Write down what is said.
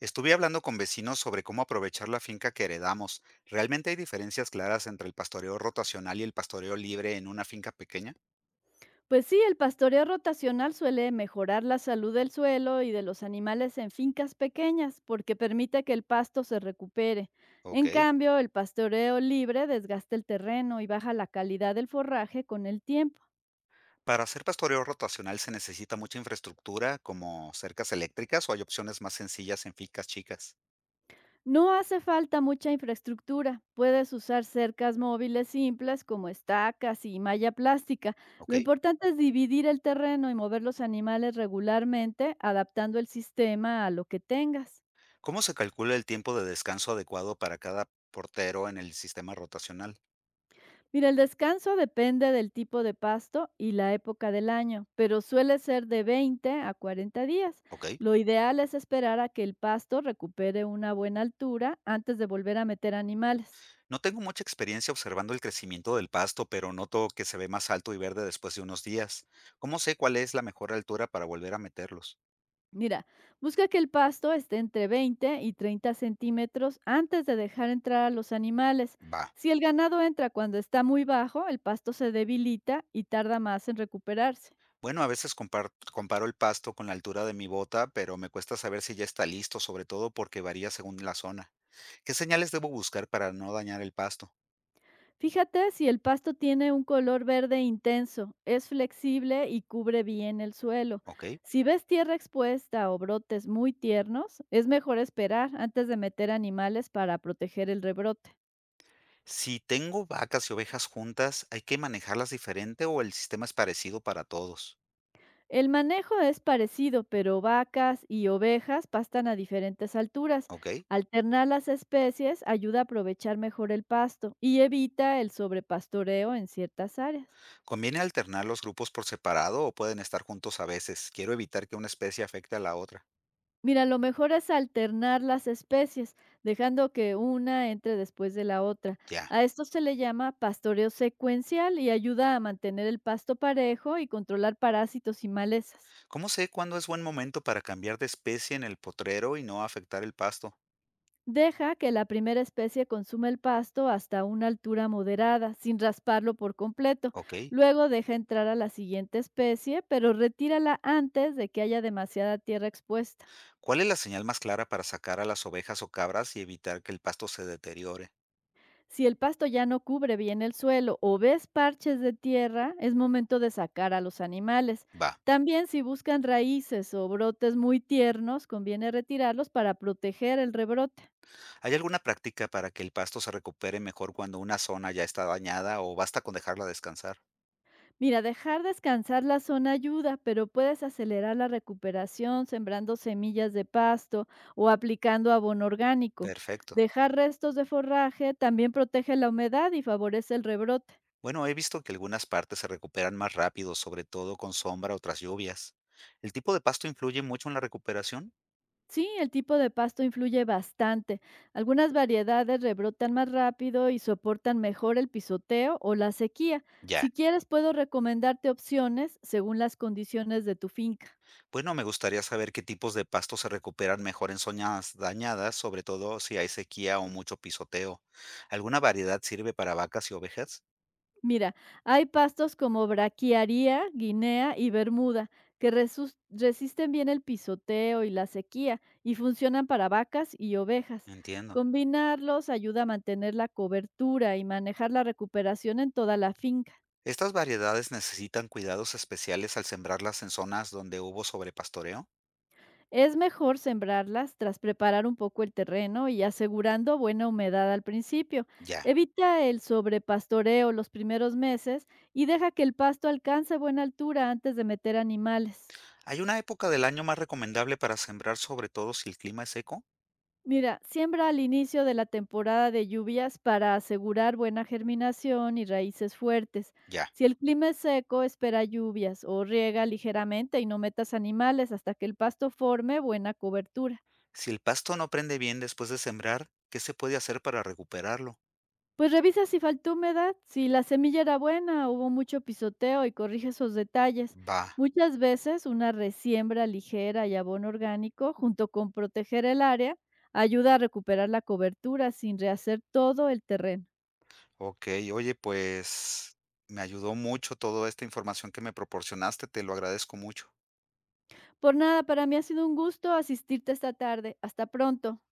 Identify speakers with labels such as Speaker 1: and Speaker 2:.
Speaker 1: Estuve hablando con vecinos sobre cómo aprovechar la finca que heredamos. ¿Realmente hay diferencias claras entre el pastoreo rotacional y el pastoreo libre en una finca pequeña?
Speaker 2: Pues sí, el pastoreo rotacional suele mejorar la salud del suelo y de los animales en fincas pequeñas porque permite que el pasto se recupere.
Speaker 1: Ok.
Speaker 2: En cambio, el pastoreo libre desgasta el terreno y baja la calidad del forraje con el tiempo.
Speaker 1: Para hacer pastoreo rotacional se necesita mucha infraestructura, como cercas eléctricas, o hay opciones más sencillas en fincas chicas.
Speaker 2: No hace falta mucha infraestructura. Puedes usar cercas móviles simples como estacas y malla plástica.
Speaker 1: Ok.
Speaker 2: Lo importante es dividir el terreno y mover los animales regularmente, adaptando el sistema a lo que tengas.
Speaker 1: ¿Cómo se calcula el tiempo de descanso adecuado para cada portero en el sistema rotacional?
Speaker 2: Mira, el descanso depende del tipo de pasto y la época del año, pero suele ser de 20 a 40 días.
Speaker 1: Ok.
Speaker 2: Lo ideal es esperar a que el pasto recupere una buena altura antes de volver a meter animales.
Speaker 1: No tengo mucha experiencia observando el crecimiento del pasto, pero noto que se ve más alto y verde después de unos días. ¿Cómo sé cuál es la mejor altura para volver a meterlos?
Speaker 2: Mira, busca que el pasto esté entre 20 y 30 centímetros antes de dejar entrar a los animales.
Speaker 1: Va.
Speaker 2: Si el ganado entra cuando está muy bajo, el pasto se debilita y tarda más en recuperarse.
Speaker 1: Bueno, a veces comparo el pasto con la altura de mi bota, pero me cuesta saber si ya está listo, sobre todo porque varía según la zona. ¿Qué señales debo buscar para no dañar el pasto?
Speaker 2: Fíjate si el pasto tiene un color verde intenso, es flexible y cubre bien el suelo.
Speaker 1: ¿Ok?
Speaker 2: Si ves tierra expuesta o brotes muy tiernos, es mejor esperar antes de meter animales para proteger el rebrote.
Speaker 1: Si tengo vacas y ovejas juntas, ¿hay que manejarlas diferente o el sistema es parecido para todos?
Speaker 2: El manejo es parecido, pero vacas y ovejas pastan a diferentes alturas.
Speaker 1: ¿Ok?
Speaker 2: Alternar las especies ayuda a aprovechar mejor el pasto y evita el sobrepastoreo en ciertas áreas.
Speaker 1: ¿Conviene alternar los grupos por separado o pueden estar juntos a veces? Quiero evitar que una especie afecte a la otra.
Speaker 2: Mira, lo mejor es alternar las especies, dejando que una entre después de la otra.
Speaker 1: Ya.
Speaker 2: A esto se le llama pastoreo secuencial y ayuda a mantener el pasto parejo y controlar parásitos y malezas.
Speaker 1: ¿Cómo sé cuándo es buen momento para cambiar de especie en el potrero y no afectar el pasto?
Speaker 2: Deja que la primera especie consuma el pasto hasta una altura moderada, sin rasparlo por completo.
Speaker 1: Ok.
Speaker 2: Luego deja entrar a la siguiente especie, pero retírala antes de que haya demasiada tierra expuesta.
Speaker 1: ¿Cuál es la señal más clara para sacar a las ovejas o cabras y evitar que el pasto se deteriore?
Speaker 2: Si el pasto ya no cubre bien el suelo o ves parches de tierra, es momento de sacar a los animales.
Speaker 1: Va.
Speaker 2: También si buscan raíces o brotes muy tiernos, conviene retirarlos para proteger el rebrote.
Speaker 1: ¿Hay alguna práctica para que el pasto se recupere mejor cuando una zona ya está dañada o basta con dejarla descansar?
Speaker 2: Mira, dejar descansar la zona ayuda, pero puedes acelerar la recuperación sembrando semillas de pasto o aplicando abono orgánico.
Speaker 1: Perfecto.
Speaker 2: Dejar restos de forraje también protege la humedad y favorece el rebrote.
Speaker 1: Bueno, he visto que algunas partes se recuperan más rápido, sobre todo con sombra o tras lluvias. ¿El tipo de pasto influye mucho en la recuperación?
Speaker 2: Sí, el tipo de pasto influye bastante. Algunas variedades rebrotan más rápido y soportan mejor el pisoteo o la sequía.
Speaker 1: Ya.
Speaker 2: Si quieres, puedo recomendarte opciones según las condiciones de tu finca.
Speaker 1: Bueno, me gustaría saber qué tipos de pastos se recuperan mejor en zonas dañadas, sobre todo si hay sequía o mucho pisoteo. ¿Alguna variedad sirve para vacas y ovejas?
Speaker 2: Mira, hay pastos como braquiaria, guinea y bermuda que resisten bien el pisoteo y la sequía y funcionan para vacas y ovejas.
Speaker 1: Entiendo.
Speaker 2: Combinarlos ayuda a mantener la cobertura y manejar la recuperación en toda la finca.
Speaker 1: ¿Estas variedades necesitan cuidados especiales al sembrarlas en zonas donde hubo sobrepastoreo?
Speaker 2: Es mejor sembrarlas tras preparar un poco el terreno y asegurando buena humedad al principio.
Speaker 1: Ya.
Speaker 2: Evita el sobrepastoreo los primeros meses y deja que el pasto alcance buena altura antes de meter animales.
Speaker 1: ¿Hay una época del año más recomendable para sembrar, sobre todo si el clima es seco?
Speaker 2: Mira, siembra al inicio de la temporada de lluvias para asegurar buena germinación y raíces fuertes.
Speaker 1: Ya.
Speaker 2: Si el clima es seco, espera lluvias o riega ligeramente y no metas animales hasta que el pasto forme buena cobertura.
Speaker 1: Si el pasto no prende bien después de sembrar, ¿qué se puede hacer para recuperarlo?
Speaker 2: Pues revisa si faltó humedad, si la semilla era buena, hubo mucho pisoteo y corrige esos detalles.
Speaker 1: Va,
Speaker 2: Muchas veces una resiembra ligera y abono orgánico, junto con proteger el área, ayuda a recuperar la cobertura sin rehacer todo el terreno.
Speaker 1: ok, oye, pues me ayudó mucho toda esta información que me proporcionaste, te lo agradezco mucho.
Speaker 2: Por nada, para mí ha sido un gusto asistirte esta tarde. Hasta pronto.